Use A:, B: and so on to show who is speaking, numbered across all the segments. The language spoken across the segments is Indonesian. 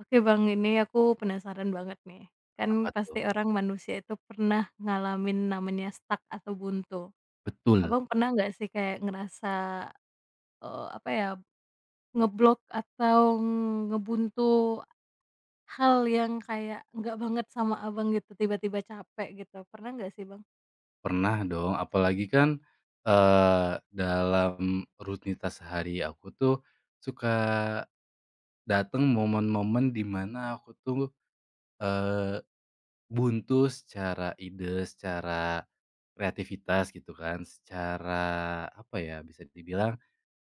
A: Oke Bang, ini aku penasaran banget nih. Kan
B: Apa
A: pasti
B: tuh?
A: orang manusia itu pernah ngalamin namanya stuck atau buntu.
B: Betul,
A: Abang pernah nggak sih kayak ngerasa, apa ya, ngeblok atau ngebuntu hal yang kayak nggak banget sama Abang gitu, tiba-tiba capek gitu, pernah nggak sih Bang?
B: pernah dong. Apalagi kan, dalam rutinitas sehari aku tuh suka datang momen-momen di mana aku tuh, eee, buntu secara ide, secara kreativitas gitu kan, secara apa ya, bisa dibilang,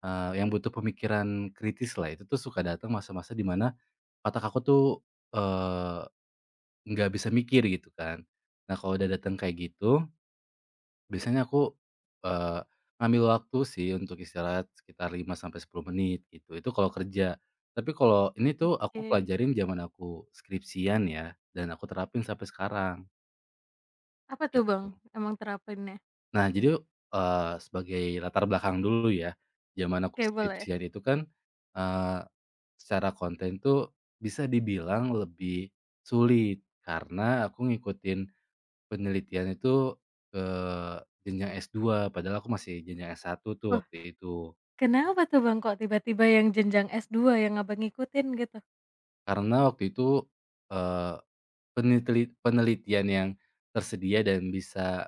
B: yang butuh pemikiran kritis lah. Itu tuh suka datang masa-masa di mana otak aku tuh, eee, nggak bisa mikir gitu kan. Nah, kalau udah datang kayak gitu biasanya aku, eee, ngambil waktu sih untuk istirahat sekitar 5 sampai 10 menit gitu, itu kalau kerja. Tapi kalau ini tuh aku
A: Oke.
B: pelajarin zaman aku skripsian ya, dan aku terapin sampai sekarang,
A: Apa tuh Bang
B: gitu.
A: emang terapinnya?
B: Nah jadi, sebagai latar belakang dulu ya, zaman aku
A: Oke boleh.
B: skripsian itu kan, eee, secara konten tuh bisa dibilang lebih sulit, karena aku ngikutin penelitian itu ke jenjang S2, padahal aku masih jenjang S1 tuh
A: Wah,
B: waktu itu.
A: kenapa tuh Bang kok tiba-tiba yang jenjang s dua yang Abang ngikutin gitu?
B: Karena waktu itu, eee, peniteli penelitian yang tersedia dan bisa,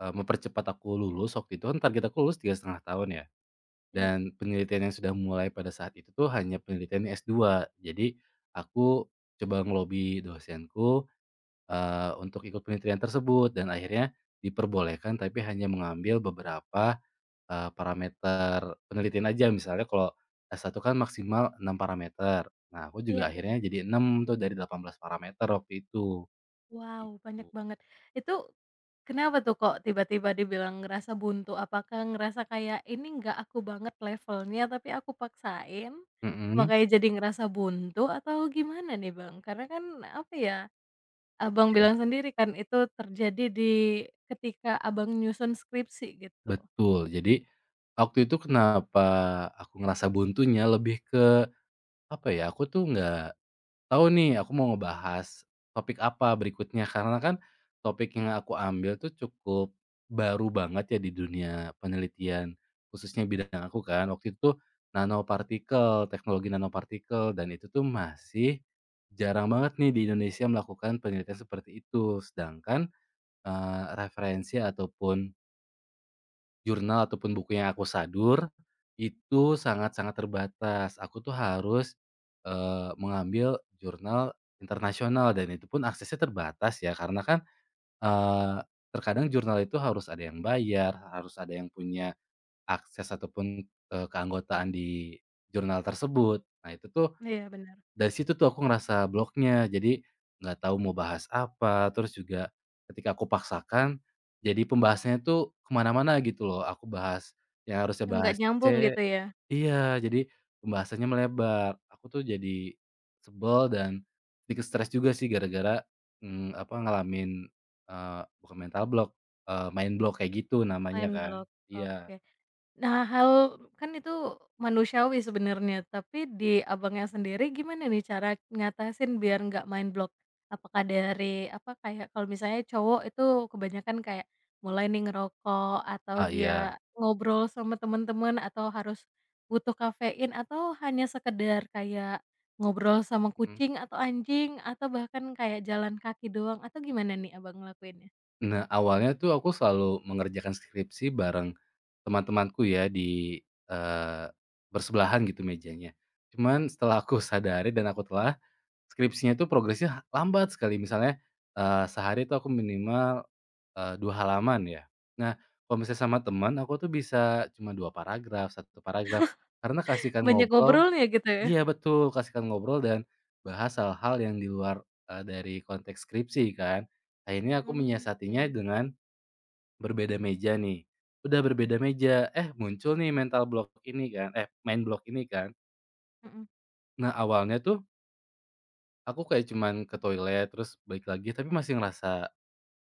B: mempercepat aku lulus, waktu itu kan target aku lulus 3,5 tahun ya,
A: Iya,
B: dan penelitian yang sudah mulai pada saat itu tuh hanya penelitian S2. Jadi aku coba ngelobi dosenku, untuk ikut penelitian tersebut dan akhirnya diperbolehkan, tapi hanya mengambil beberapa parameter penelitian aja misalnya kalau S1 kan maksimal 6 parameter. Nah, aku juga
A: iya.
B: akhirnya jadi 6 tuh dari 18 parameter waktu itu,
A: Wow, banyak
B: gitu.
A: banget. Itu kenapa tuh kok tiba-tiba dibilang ngerasa buntu? Apakah ngerasa kayak, "Ini nggak aku banget levelnya, tapi aku paksain,"
B: Mhm,
A: makanya jadi ngerasa buntu atau gimana nih, Bang? Karena kan, apa ya, Abang
B: iya,
A: bilang sendiri kan itu terjadi di ketika Abang nyusun skripsi gitu.
B: betul. Jadi, waktu itu kenapa aku ngerasa buntunya lebih ke, apa ya, aku tuh nggak tahu nih aku mau ngebahas topik apa berikutnya, karena kan topik yang aku ambil tuh cukup baru banget ya di dunia penelitian, khususnya bidang aku kan, waktu itu tuh nanopartikel, teknologi nanopartikel dan itu tuh masih jarang banget nih di Indonesia melakukan penelitian seperti itu. Sedangkan, referensi ataupun jurnal ataupun buku yang aku sadur, itu sangat-sangat terbatas. Aku tuh harus, mengambil jurnal internasional dan itu pun aksesnya terbatas ya karena kan, eee, terkadang jurnal itu harus ada yang bayar, harus ada yang punya akses ataupun, keanggotaan di jurnal tersebut. Nah itu tuh
A: Iya benar.
B: dari situ tuh aku ngerasa bloknya, jadi nggak tahu mau bahas apa, terus juga ketika aku paksakan, jadi pembahasannya tuh kemana-mana gitu loh, aku bahas yang harusnya
A: Yang nggak
B: bahas
A: nyambung
B: C.
A: gitu ya?
B: Iya, jadi pembahasannya melebar. Aku tuh jadi sebel dan sedikit stres juga sih gara-gara, apa, ngalamin, bukan mental block, mind block kayak gitu namanya
A: Mind
B: kan.
A: block,
B: Iya.
A: oke. Nah, hal kan itu manusiawi sebenarnya, tapi di Abangnya sendiri gimana nih cara ngatasin biar nggak main block? Apakah dari apa, kayak kalau misalnya cowok itu kebanyakan kayak mulai nih ngerokok atau
B: Ah, iya.
A: dia ngobrol sama teman-teman atau harus butuh kafein atau hanya sekedar kayak ngobrol sama
B: Mhm.
A: kucing atau anjing atau bahkan kayak jalan kaki doang atau gimana nih Abang ngelakuinnya?
B: Nah, awalnya tuh aku selalu mengerjakan skripsi bareng teman-temanku ya di, bersebelahan gitu mejanya. Cuman setelah aku sadari dan aku telah, skripsinya tuh progresnya lambat sekali. Misalnya, sehari tuh aku minimal, 2 halaman ya. Nah, kalau misalnya sama teman aku tuh bisa cuma 2 paragraf, satu paragraf, karena kasihkan
A: Banyak
B: ngobrol.
A: ngobrolnya gitu ya?
B: Iya betul, kasihkan ngobrol dan bahas hal-hal yang di luar, dari konteks skripsi kan. Akhirnya aku
A: Mmm,
B: menyiasatinya
A: oke,
B: dengan berbeda meja nih, udah berbeda meja, eh muncul nih mental block ini kan, eh main block ini kan.
A: mhm.
B: Nah awalnya tuh aku kayak cuman ke toilet terus balik lagi tapi masih ngerasa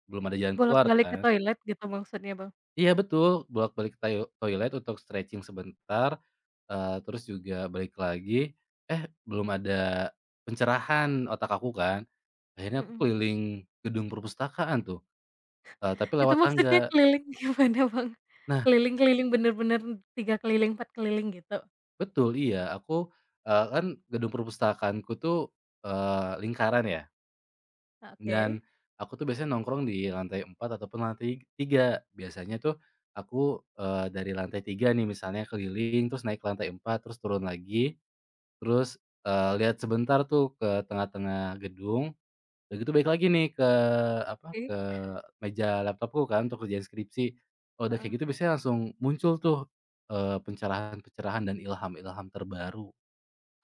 B: belum ada jalan keluar
A: Bolak-balik ke
B: kan.
A: toilet gitu maksudnya, Bang?
B: Iya betul, bolak-balik ke tayo toilet untuk stretching sebentar, terus juga balik lagi, eh belum ada pencerahan otak aku kan. Akhirnya aku
A: Mhm.
B: keliling gedung perpustakaan tuh, tapi
A: Itu
B: lewat tangga.
A: maksudnya keliling gimana, Bang?
B: Nah
A: Keliling-keliling bener-bener 3 keliling, 4 keliling gitu?
B: betul, iya. Aku, kan gedung perpustakaanku tuh, lingkaran ya,
A: Oke.
B: dan aku tuh biasanya nongkrong di lantai 4 ataupun lantai tiga. Biasanya tuh aku, dari lantai 3 nih misalnya keliling, terus naik ke lantai 4 terus turun lagi, terus, lihat sebentar tuh ke tengah-tengah gedung, udah gitu balik lagi nih ke apa,
A: Oke.
B: ke meja laptopku kan untuk kerjain skripsi. Oh udah
A: Heeh.
B: kayak gitu biasanya langsung muncul tuh, pencerahan-pencerahan dan ilham-ilham terbaru.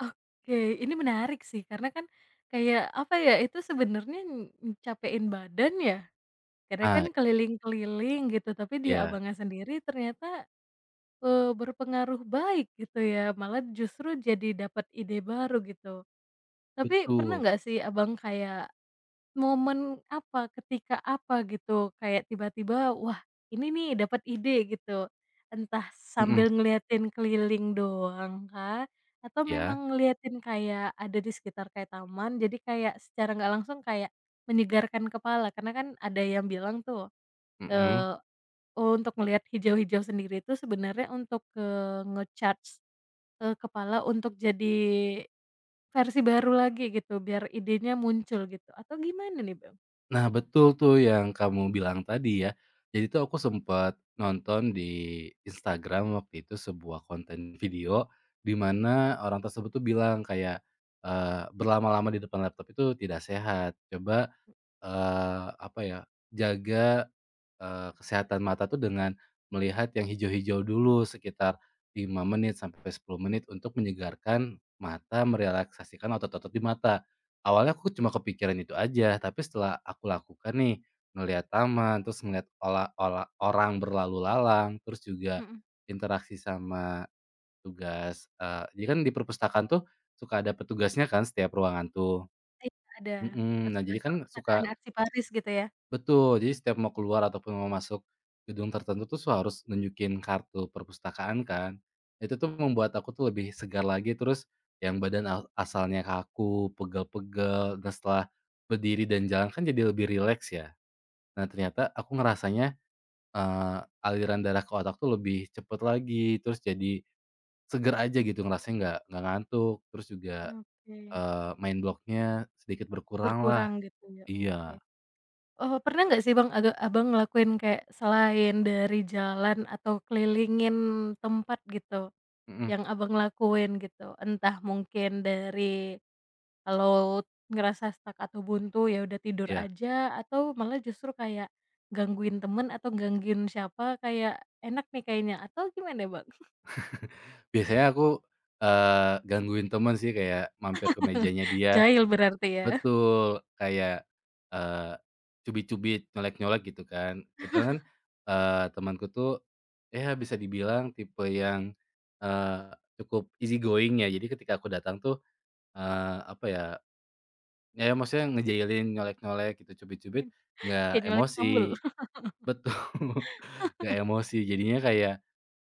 A: Oke, ini menarik sih karena kan kayak apa ya, itu sebenarnya ng capekin badan ya, karena kan
B: Nah
A: keliling-keliling gitu, tapi di
B: iya,
A: Abangnya sendiri ternyata, berpengaruh baik gitu ya, malah justru jadi dapat ide baru gitu. Tapi pernah
B: betul,
A: nggak sih Abang kayak momen apa, ketika apa gitu, kayak tiba-tiba, "Wah, ini nih dapat ide," gitu. Entah
B: mhm,
A: sambil ngeliatin keliling doang kah? Atau
B: iya,
A: memang ngeliatin kayak ada di sekitar kayak taman, jadi kayak secara nggak langsung kayak menyegarkan kepala, karena kan ada yang bilang tuh,
B: mhm.
A: eee, oh, untuk melihat hijau-hijau sendiri itu sebenarnya untuk, nge-charge, kepala untuk jadi versi baru lagi gitu, biar idenya muncul gitu, atau gimana nih, Bang?
B: Nah, betul tuh yang kamu bilang tadi ya. Jadi tuh aku sempet nonton di Instagram waktu itu sebuah konten video, di mana orang tersebut tuh bilang kayak, "Berlama-lama di depan laptop itu tidak sehat. Coba, apa ya, jaga" kesehatan mata tuh dengan melihat yang hijau-hijau dulu sekitar 5 menit sampai 10 menit untuk menyegarkan mata, merelaksasikan otot-otot di mata. Awalnya aku cuma kepikiran itu aja, tapi setelah aku lakukan nih, ngelihat taman, terus ngelihat ola ola orang berlalu lalang, terus juga
A: Mhm.
B: interaksi sama tugas, jadi kan di perpustakaan tuh suka ada petugasnya kan setiap ruangan tuh,
A: Iya, ada
B: mhm, nah
A: petugas
B: jadi kan suka.
A: perpustakaan aksi Paris gitu ya?
B: Betul, jadi setiap mau keluar ataupun mau masuk gedung tertentu tuh harus nunjukin kartu perpustakaan kan. Itu tuh membuat aku tuh lebih segar lagi, terus yang badan a asalnya kaku, pegel-pegel, dan setelah berdiri dan jalan kan jadi lebih rileks ya. Nah ternyata aku ngerasanya, eee, aliran darah ke otak tuh lebih cepet lagi, terus jadi seger aja gitu ngerasanya nggak ngantuk, terus juga,
A: Oke,
B: mind block sedikit berkurang lah.
A: berkurang gitu. Ya oke.
B: Iya,
A: Oh, pernah nggak sih Bang, aga Abang ngelakuin kayak selain dari jalan atau kelilingin tempat gitu,
B: mhm,
A: yang Abang lakuin gitu? Entah mungkin dari kalau ngerasa stuck atau buntu ya udah tidur
B: iya.
A: aja, atau malah justru kayak gangguin temen atau gangguin siapa kayak enak nih kayaknya, atau gimana Bang?
B: Biasanya aku, gangguin temen sih kayak mampir ke mejanya dia.
A: Jahil berarti ya?
B: Betul, kayak, eee, cubit-cubit, nyolek-nyolek gitu kan. Kebetulan kan, temanku tuh ya bisa dibilang tipe yang, eee, cukup easy going ya. Jadi ketika aku datang tuh, apa ya, ya maksudnya ngejailin, nyolek-nyolek gitu, cubit-cubit, nggak
A: Kayak nyolek sambel.
B: emosi. Betul, nggak emosi. Jadinya kayak,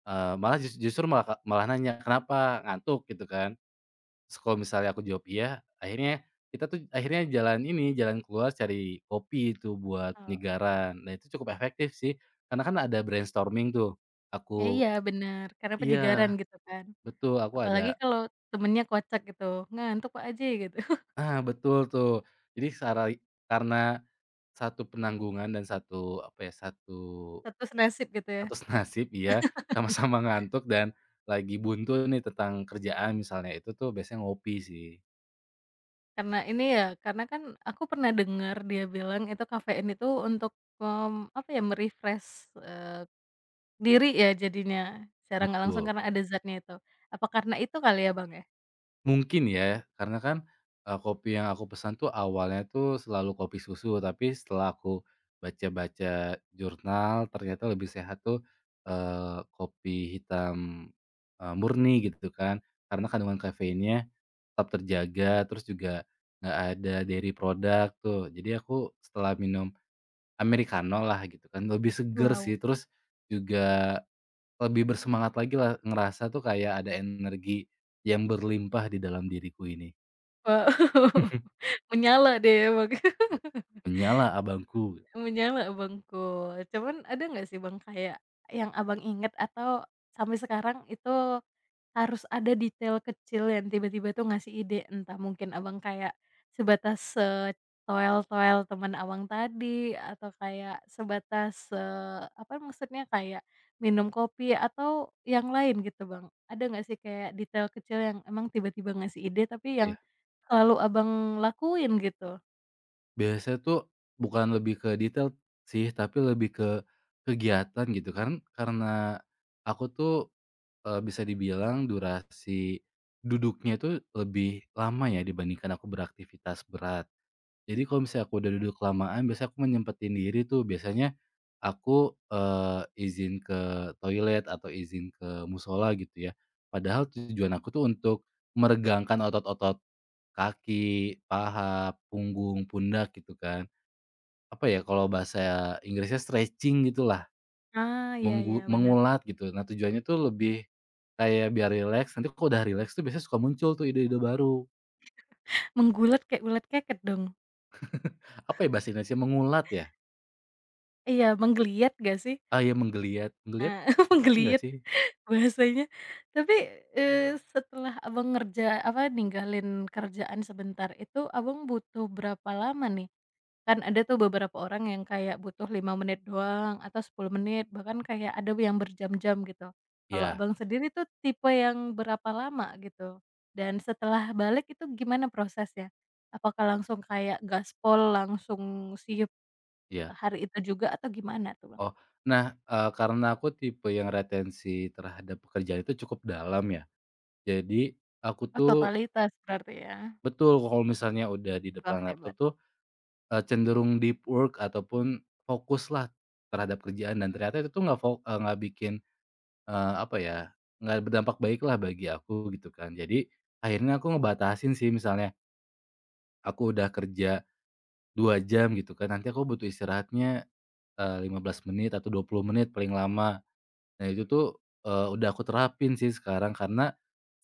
B: malah jus justru malah malah nanya, "Kenapa? Ngantuk?" Gitu kan. Terus kalau misalnya aku jawab iya, akhirnya kita tuh akhirnya jalan ini, jalan keluar cari kopi itu buat
A: Oh,
B: penyegaran. Nah itu cukup efektif sih, karena kan ada brainstorming tuh.
A: ya
B: Aku
A: iya bener, karena penyegaran
B: iya,
A: gitu kan.
B: betul, aku
A: Apalagi
B: ada
A: kalau temennya kocak gitu, "Ngantuk Pak Haji," gitu.
B: ah, betul tuh. Jadi sarai karena satu penanggungan dan satu apa ya, satu
A: Satu nasib gitu ya.
B: satu nasib iya, sama-sama ngantuk dan lagi buntu nih tentang kerjaan misalnya, itu tuh biasanya ngopi sih.
A: Karena ini ya, karena kan aku pernah dengar dia bilang itu kafein itu untuk, mmm, apa ya, me-refresh, eh, diri ya jadinya, secara nggak langsung
B: Betul.
A: karena ada zatnya itu. Apa karena itu kali ya Bang ya?
B: Mungkin ya, karena kan, kopi yang aku pesan tuh awalnya tuh selalu kopi susu, tapi setelah aku baca-baca jurnal ternyata lebih sehat tuh, kopi hitam, murni gitu kan. Karena kandungan kafeinnya tetap terjaga, terus juga nggak ada dairy product tuh. Jadi aku setelah minum americano lah gitu kan, lebih seger sih,
A: Wow,
B: terus juga lebih bersemangat lagi lah, ngerasa tuh kayak ada energi yang berlimpah di dalam diriku ini.
A: wow, menyala deh ya Bang.
B: "Menyala abangku,"
A: Menyala abangku. Cuman ada nggak sih Bang, kayak yang Abang inget atau sampai sekarang itu harus ada detail kecil yang tiba-tiba tuh ngasih ide? Entah mungkin Abang kayak sebatas, toel-toel teman Abang tadi atau kayak sebatas, apa maksudnya, kayak minum kopi atau yang lain gitu Bang. Ada nggak sih kayak detail kecil yang emang tiba-tiba ngasih ide tapi
B: ya
A: yang selalu Abang lakuin gitu?
B: biasanya tuh bukan lebih ke detail sih, tapi lebih ke kegiatan gitu kan, karena aku tuh, bisa dibilang durasi duduknya itu lebih lama ya dibandingkan aku beraktivitas berat. Jadi kalau misalnya aku udah duduk lamaan biasanya aku menyempetin diri tuh, biasanya aku, izin ke toilet atau izin ke musola gitu ya. Padahal tujuan aku tuh untuk meregangkan otot-otot kaki, paha, punggung, pundak gitu kan. Apa ya, kalau bahasa Inggrisnya stretching gitulah,
A: Ah, iya iya,
B: menggu
A: benar.
B: mengulat gitu. Nah tujuannya tuh lebih kayak biar rileks, nanti kalau udah rileks tuh biasanya suka muncul tuh ide-ide baru.
A: Menggulat kayak ulet keket dong?
B: Apa ya bahasa Indonesia mengulat ya?
A: Iya, menggeliat gak sih?
B: Ah ya menggeliat, menggeliat kucing nggak
A: Menggeliat
B: sih?
A: bahasanya. Tapi, setelah Abang ngerja apa, ninggalin kerjaan sebentar itu Abang butuh berapa lama nih? Kan ada tuh beberapa orang yang kayak butuh 5 menit doang atau 10 menit, bahkan kayak ada yang berjam-jam gitu. Kalau
B: Iya
A: Abang sendiri tuh tipe yang berapa lama gitu? Dan setelah balik itu gimana prosesnya? Apakah langsung kayak gaspol, langsung siap
B: iya.
A: hari itu juga atau gimana tuh, Bang?
B: Oh, nah, karena aku tipe yang retensi terhadap pekerjaan itu cukup dalam ya. Jadi aku
A: Oh,
B: tuh
A: totalitas berarti ya?
B: betul kalau misalnya udah di
A: Wah,
B: depan laptop
A: hebat.
B: tuh cenderung deep work ataupun fokuslah terhadap kerjaan dan ternyata itu tuh nggak bikin, apa ya, nggak berdampak baik lah bagi aku gitu kan. Jadi akhirnya aku ngebatasin sih misalnya aku udah kerja 2 jam gitu kan, nanti aku butuh istirahatnya, eh, 15 menit atau 20 menit paling lama. Nah itu tuh, udah aku terapin sih sekarang karena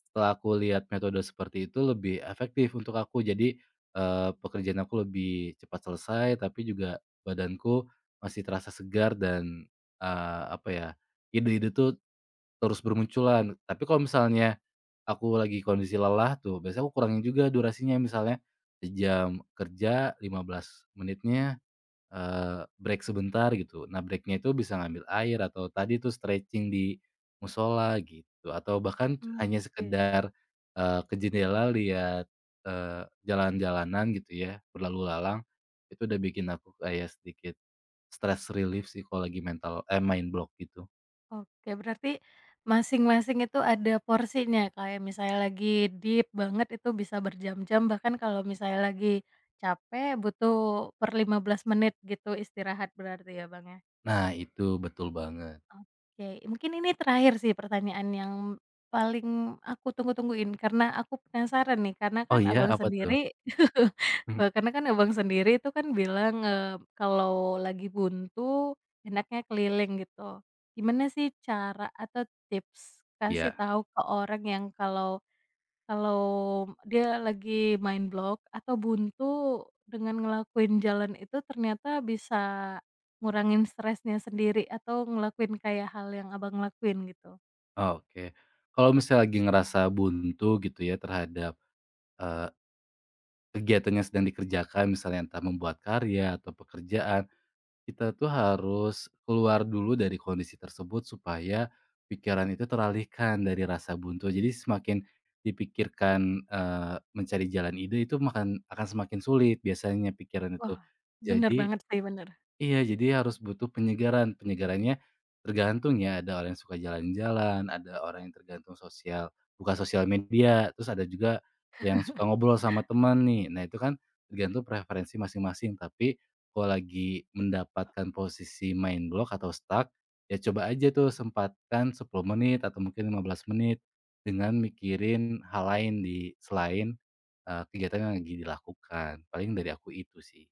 B: setelah aku lihat metode seperti itu lebih efektif untuk aku. Jadi, pekerjaan aku lebih cepat selesai, tapi juga badanku masih terasa segar dan, apa ya, ide-ide tuh terus bermunculan. Tapi kalau misalnya aku lagi kondisi lelah tuh, biasanya aku kurangin juga durasinya, misalnya sejam kerja 15 menitnya break sebentar gitu. Nah, breaknya itu bisa ngambil air atau tadi tuh stretching di musola gitu, atau bahkan
A: Mmm,
B: hanya
A: oke
B: sekedar, ke jendela lihat, jalan-jalanan gitu ya, berlalu lalang, itu udah bikin aku kayak sedikit stress relief sih kalau lagi mental eh, mind block gitu.
A: oke. Berarti masing-masing itu ada porsinya, kayak misalnya lagi deep banget itu bisa berjam-jam, bahkan kalau misalnya lagi capek butuh per 15 menit gitu istirahat berarti ya, Bang, ya?
B: Nah itu, betul banget.
A: Oke, mungkin ini terakhir sih pertanyaan yang paling aku tunggu-tungguin karena aku penasaran nih, karena
B: Oh
A: kan
B: iya,
A: Abang
B: apa tuh?
A: sendiri
B: Mhm,
A: karena kan Abang sendiri itu kan bilang, kalau lagi buntu enaknya keliling gitu. Gimana sih cara atau tips kasih
B: iya,
A: tahu ke orang yang kalau kalau dia lagi main blog atau buntu, dengan ngelakuin jalan itu ternyata bisa ngurangin stresnya sendiri atau ngelakuin kayak hal yang Abang lakuin gitu.
B: oh, oke. Kalau misalnya lagi ngerasa buntu gitu ya terhadap, eh, kegiatan yang sedang dikerjakan, misalnya entah membuat karya atau pekerjaan, kita tuh harus keluar dulu dari kondisi tersebut supaya pikiran itu teralihkan dari rasa buntu. Jadi semakin dipikirkan, mencari jalan ide itu makan akan semakin sulit biasanya pikiran itu.
A: Wah. Bener
B: Jadi
A: banget sih, bener.
B: iya, jadi harus butuh penyegaran. Penyegarannya tergantung ya, ada orang yang suka jalan-jalan, ada orang yang tergantung sosial buka sosial media, terus ada juga yang suka ngobrol sama teman nih. Nah, itu kan tergantung preferensi masing-masing, tapi kalau lagi mendapatkan posisi main block atau stuck, ya coba aja tuh sempatkan 10 menit atau mungkin 15 menit dengan mikirin hal lain di selain, kegiatan yang lagi dilakukan. Paling dari aku itu sih.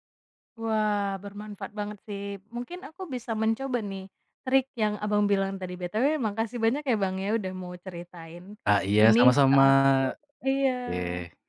A: Wah, bermanfaat banget sih. Mungkin aku bisa mencoba nih trik yang Abang bilang tadi. BTW makasih banyak ya Bang ya udah mau ceritain
B: Ah, iya,
A: ini ke
B: sama-sama.
A: aku. Iya.
B: Oke.